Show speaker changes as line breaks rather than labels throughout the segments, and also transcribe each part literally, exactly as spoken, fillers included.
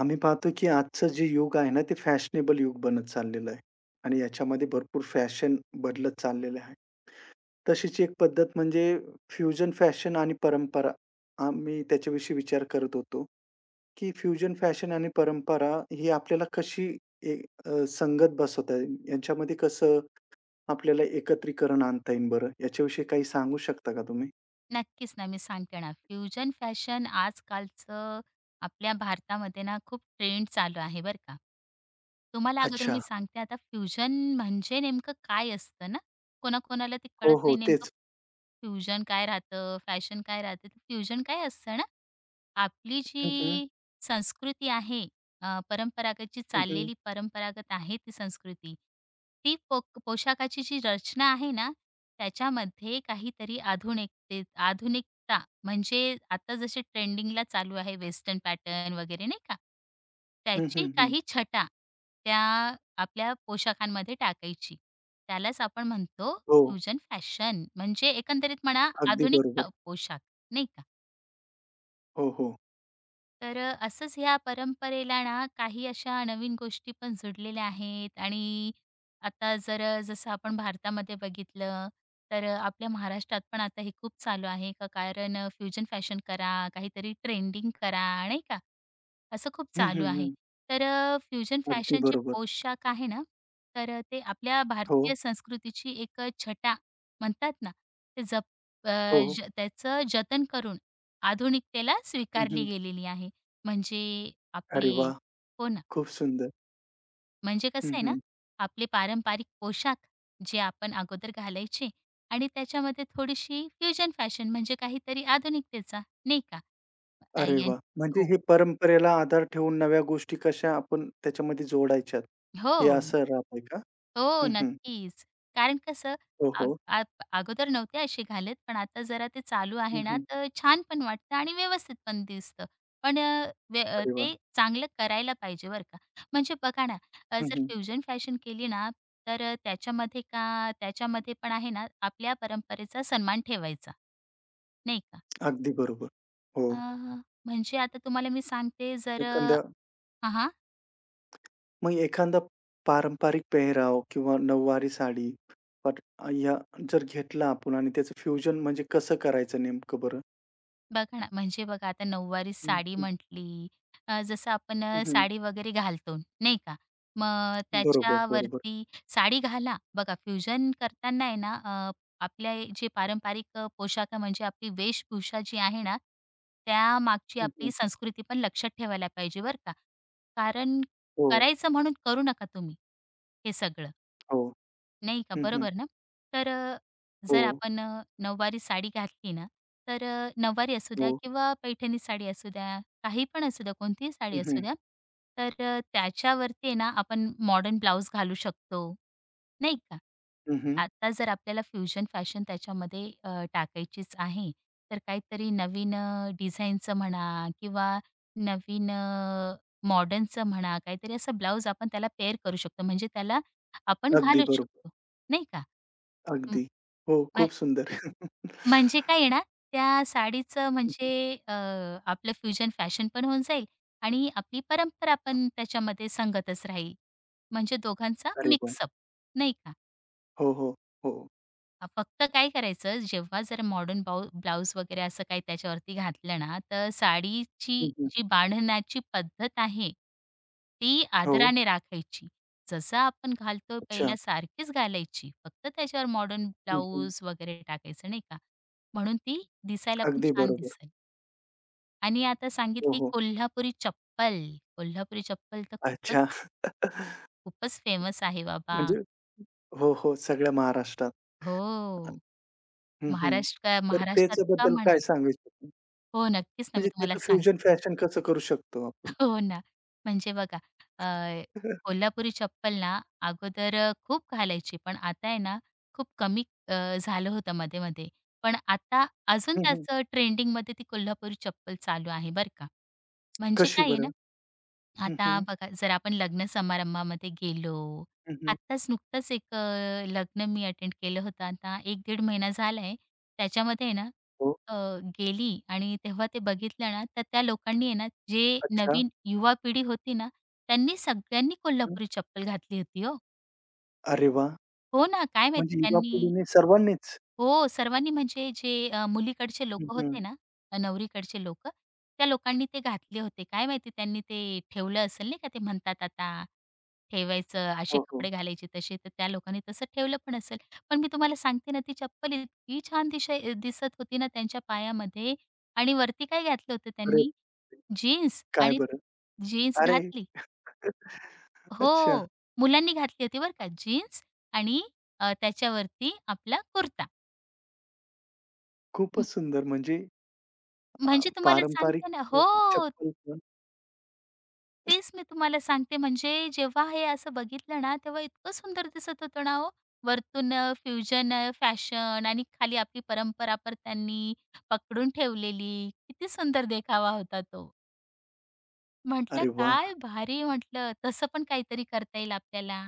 आम्ही पाहतो की आजचं जे युग आहे ना, ते फॅशनेबल युग बनत चाललेलं आहे आणि याच्यामध्ये भरपूर फॅशन बदलत चाललेलं आहे. तशीच एक पद्धत म्हणजे फ्युजन फॅशन आणि परंपरा. आम्ही त्याच्याविषयी विचार करत होतो, की फ्युजन फॅशन आणि परंपरा ही आपल्याला कशी ए अ, संगत बसवता येईल? यांच्यामध्ये कसं आपल्याला एकत्रीकरण आणता येईल बरं? याच्याविषयी काही सांगू शकता का तुम्ही?
नक्कीच ना, मी सांगते ना. फ्युजन फॅशन आजकालचं आपल्या भारतामध्ये ना खूप ट्रेंड चालू आहे बरं का. तुम्हाला अगोदर
अच्छा.
मी सांगते आता फ्युजन म्हणजे नेमकं काय असतं ना? कोणाकोणाला ते
हो,
कळत
हो.
नाही नेमकं
तेच.
फ्युजन काय राहतं, फॅशन काय राहते? तर फ्युजन काय असतं ना, आपली
हं, हं.
जी संस्कृती आहे, अ, परंपरागत जी
हं, हं.
चाललेली परंपरागत आहे ती संस्कृती, ती पो पोशाखाची जी रचना आहे ना, त्याच्यामध्ये काहीतरी आधुनिकते आधुनिकता म्हणजे आता जसे ट्रेंडिंगला चालू आहे वेस्टर्न पॅटर्न वगैरे नाही का,
हं,
त्याची
हं,
काही छटा त्या आपल्या पोशाखांमध्ये टाकायची. त्यालाच आपण म्हणतो
हो.
फ्युजन फॅशन म्हणजे एकंदरीत म्हणा
अगदी
आधुनिक
बरोबर.
अ, पोशाख, नाही का?
हो, हो.
तर अ, असंच ह्या परंपरेला ना काही अशा नवीन गोष्टी पण जुडलेल्या आहेत. आणि आता जर अ, जसं आपण भारतामध्ये बघितलं तर अ, आपल्या महाराष्ट्रात पण आता हे खूप चालू आहे का, कारण अ, फ्युजन फॅशन करा, काहीतरी ट्रेंडिंग करा, नाही का? असं खूप
हं,
चालू
हं,
आहे.
हं.
तर अ, फ्युजन
अगदी
फॅशनचे
बरोबर.
पोशाख आहे ना, तर अ, ते आपल्या
हो,
भारतीय संस्कृतीची एक अ, छटा म्हणतात ना, ते जप अ,
हो.
ज त्याचं जतन करून आधुनिकतेला
हं,
स्वीकारली
हं.
गेलेली आहे. म्हणजे आपले
अरे वाह!
हो ना,
खूप सुंदर.
म्हणजे कसं
हं,
आहे ना,
हं.
आपले पारंपरिक पोशाख जे आपण अगोदर घालायचे आणि त्याच्यामध्ये थोडीशी फ्युजन फॅशन म्हणजे काहीतरी आधुनिकतेचा, नाही का? अ,
अरे
यां
वाह! म्हणजे
हो,
हे परंपरेला आधार ठेवून नव्या गोष्टी कशा आपण त्याच्यामध्ये जोडायच्यात, हे
हो.
असं राहतंय का?
हो,
हं, हं.
नक्कीच. कारण कसं,
हो,
अग
हो.
अग अगोदर नव्हते असे घालत, पण आता जरा ते चालू
हं,
आहे ना,
हं.
तर छान पण वाटतं आणि व्यवस्थित पण दिसतं. पण अ, व्य अ,
अरे वाह!
ते चांगलं करायला पाहिजे बरं का. म्हणजे बघा ना, अ,
हं,
जर
हं.
फ्युजन फॅशन केली ना, तर अ, त्याच्यामध्ये का त्याच्यामध्ये पण आहे ना, आपल्या परंपरेचा सन्मान ठेवायचा, नाही का.
अगदी बरोबर. हो.
अ, म्हणजे आता तुम्हाला मी सांगते, जर अ
एखादा मग एखादा पारंपरिक पेहराव किंवा नऊवारी साडी बट या जर घेतला आपण आणि त्याचं फ्युजन म्हणजे कसं करायचं नेमकं बरं?
बघा ना, म्हणजे बघा आता नऊवारी
हं,
साडी
हं.
म्हटली, अ, जसं आपण
हं,
अ,
हं.
साडी वगैरे घालतो, नाही का? मग
बरोबर, बरोबर.
त्याच्यावरती साडी घाला. बघा फ्युजन करताना आहे ना, अ, आपल्या हे जे पारंपरिक अ, पोशाख आहे, म्हणजे आपली वेशभूषा जी आहे ना, त्यामागची
हं,
आपली
हं.
संस्कृती पण लक्षात ठेवायला पाहिजे बरं का. कारण,
हो,
करायचं म्हणून करू नका तुम्ही हे सगळं.
हो.
नाही का,
हं, हं.
बरोबर ना? तर अ,
हो,
जर आपण अ, नऊवारी साडी घातली ना, तर अ, नऊवारी असू द्या
हो.
किंवा पैठणी साडी असू द्या, काही पण असू द्या, कोणतीही साडी
हं,
असू
हं.
द्या, तर अ, त्याच्यावरती आहे ना आपण मॉडर्न ब्लाउज घालू शकतो, नाही का?
हं, हं.
आता जर आपल्याला फ्युजन फॅशन त्याच्यामध्ये अ, टाकायचीच आहे, तर काहीतरी नवीन अ, डिझाईनचं म्हणा किंवा नवीन अ, मॉडर्नचं म्हणा, काहीतरी असं ब्लाउज आपण त्याला पेअर करू शकतो. म्हणजे त्याला आपण
अगदी
घालूच
बरोबर.
शकतो, नाही का? म
अगदी. हो,
म्ह
खूप सुंदर.
म्हणजे काय आहे ना, त्या साडीचं
हं, हं.
म्हणजे, अ, आपलं फ्युजन फॅशन पण होऊन जाईल आणि आपली परंपरा पण त्याच्यामध्ये संगतच राहील. म्हणजे दोघांचा
अरे वाह!
मिक्सअप, नाही का?
हो, हो. हो.
अ, फक्त काय करायचं, जेव्हा जर मॉडर्न बाऊ ब्लाउज वगैरे असं काही त्याच्यावरती घातलं ना, तर साडीची
हं, हं.
जी बांधण्याची पद्धत आहे, ती
हो.
आदराने राखायची. जसं आपण घालतो
अच्छा.
पहिला सारखीच घालायची. फक्त त्याच्यावर मॉडर्न
हं, हं.
ब्लाउज वगैरे टाकायचं, नाही का? म्हणून ती दिसायला पण
अगदी
छान
बरोबर.
दिसेल. आणि आता
हो,
सांगितली
हो.
कोल्हापुरी चप्पल. कोल्हापुरी चप्पल तर खूपच,
अच्छा.
खूपच फेमस आहे बाबा.
म्हणजे हो, हो. सगळ्या महाराष्ट्रात.
हो.
हं, हं.
महाराष्ट्र
तर
महाराष्ट्रात का
त्याच्याबद्दल
म्हणा.
काय सांगू इच्छिता?
हो, नक्कीच ना, मी
म्हणजे
तुम्हाला
त्याचं
सांगते.
फ्युजन फॅशन कसं करू शकतो आपण?
हो ना. म्हणजे बघा, अ, कोल्हापुरी चप्पल ना अगोदर अ, खूप घालायची, पण आता आहे ना खूप कमी, अ, झालं होतं मध्ये-मध्ये. पण आता अजून
हं, हं.
त्याचं ट्रेंडिंगमध्ये ती कोल्हापुरी चप्पल चालू आहे बरं का. म्हणजे
कशी
काय आहे ना,
बरं? हं,
आता
हं.
बघा, जर आपण लग्न समारंभामध्ये गेलो,
हं, हं.
आत्ताच नुकतंच एक अ, लग्न मी अटेंड केलं होतं. आता एक ते दीड महिना झालाय. त्याच्यामध्ये आहे ना,
हो.
अ, गेली आणि तेव्हा ते बघितलं ना, तर त्या लोकांनी आहे ना, जे
अच्छा.
नवीन युवा पिढी होती ना, त्यांनी सगळ्यांनी
हं, हं.
कोल्हापुरी चप्पल घातली होती हो.
अरे वाह!
हो ना, काय माहिती
म्हणजे युवा
त्यांनी.
पिढीने सर्वांनीच.
हो, सर्वांनी, म्हणजे जे अ, मुलीकडचे
हं,
लोकं
हं.
होते ना, अ, नवरीकडचे लोकं, त्या लोकांनी ते घातले होते. काय माहिती त्यांनी ते ठेवलं असेल, नाही का, ते म्हणतात आता ठेवायचं, असे
हो, हो.
कपडे घालायचे तसे, तर त्या लोकांनी तसं ठेवलं पण असेल. पण मी तुम्हाला सांगते ना, ती चप्पल इतकी छान दिशाय दिसत होती ना त्यांच्या पायामध्ये, आणि वरती काय घातलं होतं
अरे!
त्यांनी? जीन्स
काय
आणि
बरं?
जीन्स
अरे!
घातली.
अच्छा.
हो, मुलांनी घातली होती बरं का, जीन्स, आणि अ, त्याच्यावरती आपला कुर्ता. म्ह
खूपच सुंदर म्हणजे अ,
म्हणजे तुम्हाला
पारंपरिक
सांगते ना
अ,
हो,
चप्पल पण
तेच मी तुम्हाला सांगते, म्हणजे जेव्हा हे असं बघितलं ना, तेव्हा इतकं सुंदर दिसत होतं ना हो. वरतून अ, फ्युजन अ, फॅशन आणि खाली आपली परंपरा पण त्यांनी पकडून ठेवलेली. किती सुंदर देखावा होता तो. म्हटलं
अरे वाह!
काय भारी, म्हटलं तसं पण काहीतरी करता येईल आपल्याला.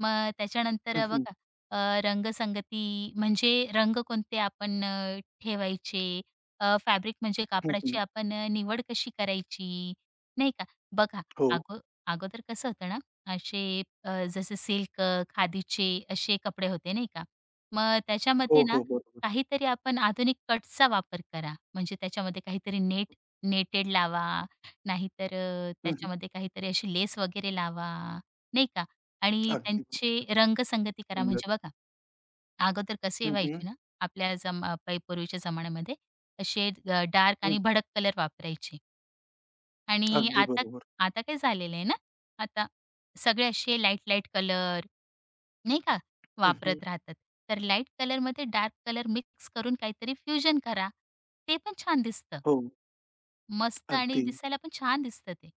मग त्याच्यानंतर
हं,
अ,
हं.
बघा, अ, रंगसंगती म्हणजे रंग कोणते आपण अ, ठेवायचे, अ, फॅब्रिक म्हणजे
हं, हं.
कापडाची आपण अ, निवड कशी करायची, नाही का. बघा,
हो.
अगो अगोदर कसं होतं ना, असे अ, जसे सिल्क, खादीचे असे कपडे होते नाही का. मग
हो,
त्याच्यामध्ये ना
हो. बरोबर.
काहीतरी आपण आधुनिक कट्सचा वापर करा. म्हणजे त्याच्यामध्ये काहीतरी नेट नेटेड लावा, नाहीतर अ,
हं, हं.
त्याच्यामध्ये काहीतरी अशी लेस वगैरे लावा, नाही का? आणि
अगदी
त्यांचे रंगसंगती करा.
सुंदर.
म्हणजे बघा, अगोदर कसे
हं, हं.
व्हायचे ना, आपल्या जमा पै पूर्वीच्या जमान्यामध्ये असे अ, डार्क
हं.
आणि भडक कलर वापरायचे आणि
अगदी
आता
बरोबर.
आता काय झालेलं आहे ना, आता सगळे असे लाईट-लाईट कलर, नाही का,
हं, हं.
वापरत राहतात. तर लाईट कलरमध्ये डार्क कलर मिक्स करून काहीतरी फ्युजन करा. ते पण छान दिसतं.
हो.
मस्त, आणि
अगदी.
दिसायला पण छान दिसतं ते.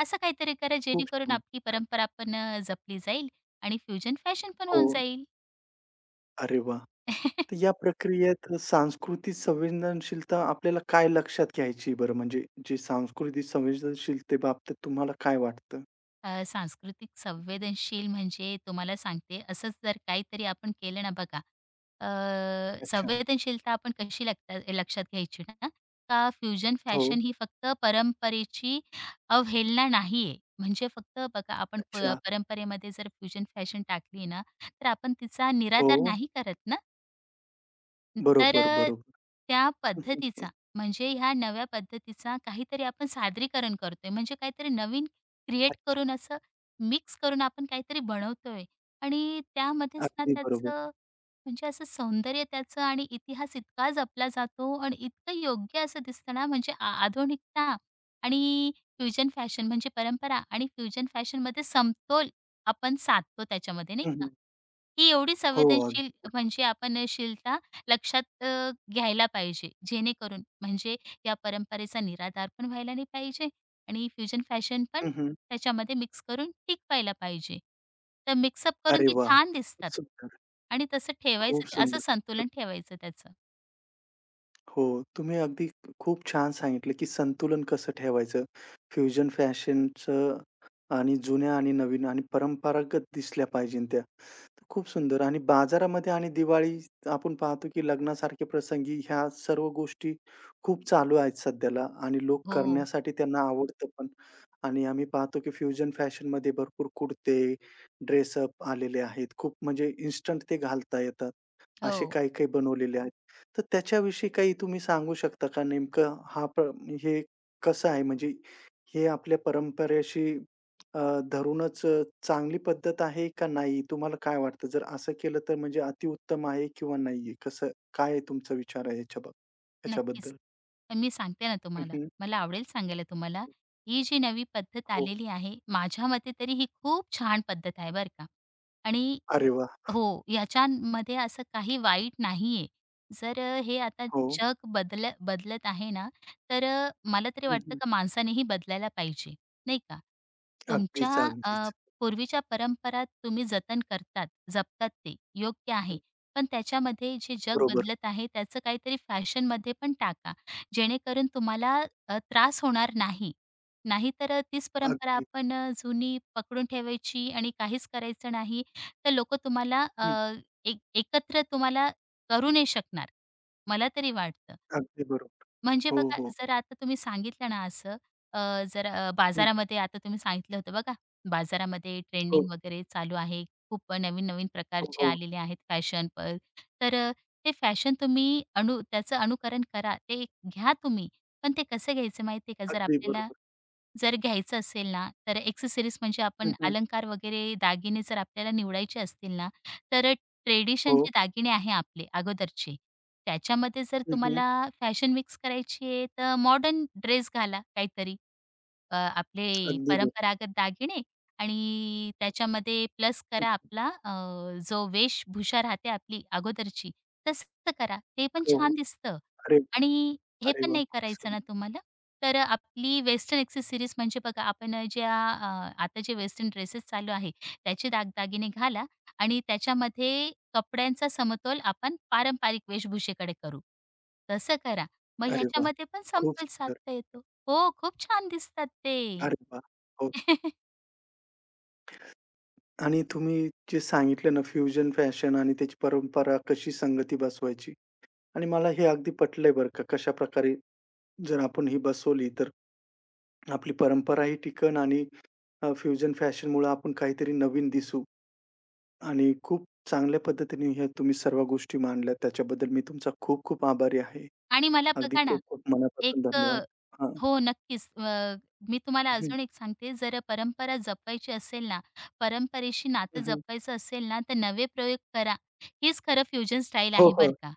असं काहीतरी करा
खूप
जेणेकरून
छान,
आपली
खूप छान.
परंपरा पण अ, जपली जाईल आणि फ्युजन फॅशन पण
हो.
होऊन जाईल.
अरे वाह! तर या प्रक्रियेत सांस्कृतिक संवेदनशीलता आपल्याला काय लक्षात घ्यायची बरं? म्हणजे जे सांस्कृतिक संवेदनशीलते बाबतीत तुम्हाला काय वाटतं?
अ, सांस्कृतिक संवेदनशील म्हणजे तुम्हाला सांगते, असंच जर काहीतरी आपण केलं ना बघा, अ,
अच्छा.
संवेदनशीलता आपण कशी लक लक्षात घ्यायची ना, का फ्युजन
हो.
फॅशन ही फक्त परंपरेची अवहेलना नाहीये. म्हणजे फक्त बघा, आपण प
अच्छा.
परंपरेमध्ये जर फ्युजन फॅशन टाकली ना, तर आपण तिचा
हो,
निराधार नाही करत ना. तर
बरोबर,
अ,
बरोबर.
त्या पद्धतीचा, म्हणजे ह्या नव्या पद्धतीचा काहीतरी आपण सादरीकरण करतोय. म्हणजे काहीतरी नवीन क्रिएट
अच्छा.
करून, असं मिक्स करून आपण काहीतरी बनवतोय आणि त्यामध्येच ना
अगदी बरोबर.
त्याचं, म्हणजे असं सौंदर्य त्याचं आणि इतिहास इतका जपला जातो आणि इतकं योग्य असं दिसतं ना, म्हणजे आ आधुनिकता आणि फ्युजन फॅशन, म्हणजे परंपरा आणि फ्युजन फॅशनमध्ये समतोल आपण साधतो त्याच्यामध्ये, नाही
हं, हं.
का? ही एवढी
हो, अगदी
संवेदनशील
बरोबर.
म्हणजे आपण शीलता लक्षात अ, घ्यायला पाहिजे, जेणेकरून, म्हणजे या परंपरेचा निराधार पण व्हायला नाही पाहिजे आणि फ्युजन फॅशन पण
हं, हं.
त्याच्यामध्ये मिक्स करून टिकवायला पाहिजे. तर मिक्सअप करून
अरे
ती
वाह!
छान
खूप
दिसतात
सुंदर,
आणि तसं
खूप
ठेवायचं, ते असं
सुंदर.
संतुलन ठेवायचं त्याचं.
हो, तुम्ही अगदी खूप छान सांगितलं, की संतुलन कसं ठेवायचं. फ्युजन फॅशनचं आणि जुन्या आणि नवीन आणि परंपरागत दिसल्या पाहिजे त्या. खूप सुंदर आणि बाजारामध्ये आणि दिवाळी आपण पाहतो, की लग्नासारखे प्रसंगी ह्या सर्व गोष्टी खूप चालू आहेत सध्याला आणि लोक
हो,
करण्यासाठी त्यांना आवडतं पण आणि आम्ही पाहतो, की फ्युजन फॅशनमध्ये भरपूर कुर्ते, ड्रेसअप आलेले आहेत. खूप म्हणजे इन्स्टंट ते घालता येतात.
हो,
असे काही-काही बनवलेले आहेत. तर त्याच्याविषयी काही तुम्ही सांगू शकता का नेमकं हा प्र हे कसं आहे म्हणजे हे आपल्या परंपरेशी अ, धरूनच अ, चांगली पद्धत आहे का नाही? तुम्हाला काय वाटतं? जर असं केलं तर म्हणजे अतिउत्तम आहे किंवा नाहीये? कसं काय आहे तुमचा विचार आहे याच्या बाब
नक्कीच.
याच्याबद्दल?
तर मी सांगते ना
हं,
तुम्हाला,
हं.
मला आवडेल सांगायला तुम्हाला. ही जी नवी पद्धत
हो.
आलेली आहे, माझ्या मते तरी ही खूप छान पद्धत आहे बरं का. आणि
अरे वाह!
हो, याच्यामध्ये असं काही वाईट नाहीये. जर अ, हे आता
हो.
जग बदल बदलत आहे ना, तर अ, मला तरी वाटतं
हं,
का माणसानेही बदलायला पाहिजे, नाही का?
अगदीच,
तुमच्या
अगदीच.
अ, पूर्वीच्या परंपरा तुम्ही जतन करतात, जपतात ते योग्य आहे.
हं.
पण त्याच्यामध्ये जे जग
बरोबर.
बदलत आहे त्याचं काहीतरी फॅशनमध्ये पण टाका, जेणेकरून तुम्हाला अ, त्रास होणार नाही. नाहीतर अ, तीच परंपरा
अगदी.
आपण अ, जुनी पकडून ठेवायची आणि काहीच करायचं नाही, तर लोकं तुम्हाला अ,
हं.
एक एकत्र तुम्हाला करू नाही शकणार, मला तरी वाटतं.
अगदी बरोबर.
म्हणजे
हो,
बघा,
हो,
जर
हो.
आता तुम्ही सांगितलं ना असं, अ, जर अ,
हं.
बाजारामध्ये आता तुम्ही सांगितलं होतं बघा, बाजारामध्ये
हो,
ट्रेंडिंग वगैरे चालू आहे. खूप नवीन-नवीन
हो,
प्रकारचे
हो.
आलेले आहेत फॅशन पण. तर अ, ते फॅशन तुम्ही अनु त्याचं अनुकरण करा, ते घ्या तुम्ही. पण ते कसं घ्यायचं माहिती आहे का? जर
अगदी
आपल्याला
बरोबर.
जर घ्यायचं असेल ना, तर एक्सेसरीज म्हणजे आपण
हं,
अलंकार वगैरे दागिने जर आपल्याला निवडायचे असतील ना, तर ट्रेडिशन
हो.
जे दागिने आहे आपले अगोदरचे, त्याच्यामध्ये जर
हं,
तुम्हाला फॅशन मिक्स करायची आहे, तर मॉडर्न ड्रेस घाला काहीतरी. अ, आपले
अगदी बरोबर.
परंपरागत दागिने आणि त्याच्यामध्ये प्लस
हं.
करा आपला, अ, जो वेशभूषा राहते आपली अगोदरची, तसं करा. ते पण
हो, हो.
छान दिसतं.
अरे वाह!
आणि हे
अरे
पण
वाह!
नाही
खूप
करायचं
सुंदर.
ना तुम्हाला? तर अ, आपली वेस्टर्न एक्सेसरीज म्हणजे बघा आपण, अ, ज्या अ, आता जे वेस्टर्न ड्रेसेस चालू आहे, त्याचे दागदागिने घाला आणि त्याच्यामध्ये कपड्यांचा समतोल आपण पारंपरिक वेशभूषेकडे करू. तसं करा. मग
अरे वाह!
ह्याच्यामध्ये पण
खूप
समतोल
सुंदर.
साधता येतो. हो, खूप छान दिसतात ते.
अरे वाह! हो. आणि तुम्ही जे सांगितलं ना, फ्युजन फॅशन आणि त्याची परंपरा कशी संगती बसवायची आणि मला हे अगदी पटलंय बरं का. कशाप्रकारे जर आपण ही बसवली, तर आपली परंपराही टिकन आणि अ, फ्युजन फॅशनमुळं आपण काहीतरी नवीन दिसू आणि खूप चांगल्या पद्धतीने ह्या तुम्ही सर्व गोष्टी मांडल्यात. त्याच्याबद्दल मी तुमचा खूप-खूप आभारी आहे.
आणि मला
अगदी
बघा ना,
खूप-खूप मनापासून
एक.
धन्यवाद. हां.
हो, नक्कीच. अ, मी तुम्हाला
हं,
अजून एक सांगते, जर परंपरा जपवायची असेल ना, परंपरेशी नातं
हं, हं.
जपवायचं असेल ना, तर नवे प्रयोग करा. हीच खरं फ्युजन स्टाईल
हो,
आहे
हो.
बरं का.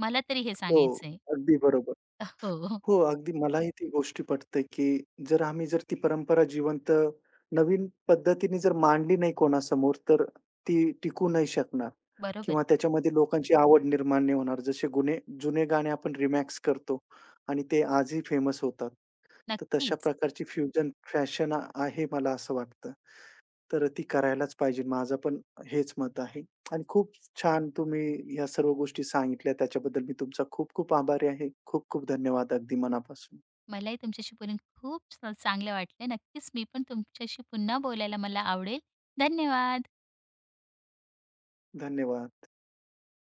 मला तरी हे
हो.
सांगायचंय.
अगदी बरोबर.
हो, हो.
हो, अगदी मलाही ती गोष्टी पटते, की जर आम्ही जर ती परंपरा जिवंत नवीन पद्धतीने जर मांडली नाही कोणासमोर, तर ती टिकू नाही शकणार
बरोबर
किंवा
आहे.
त्याच्यामध्ये लोकांची आवड निर्माण नाही होणार. जसे गुन्हे जुने गाणे आपण रिमॅक्स करतो आणि ते आजही फेमस होतात. तर तशा
नक्कीच.
प्रकारची फ्युजन फॅशन आहे मला असं वाटतं. तर ती करायलाच पाहिजे. माझं पण हेच मत आहे आणि खूप छान तुम्ही या सर्व गोष्टी सांगितल्या. त्याच्याबद्दल मी तुमचा खूप खूप आभारी आहे. खूप खूप धन्यवाद अगदी मनापासून.
मलाही तुमच्याशी बोलून खूप चांगलं वाटलं. नक्कीच मी पण तुमच्याशी पुन्हा बोलायला मला आवडेल. धन्यवाद.
धन्यवाद.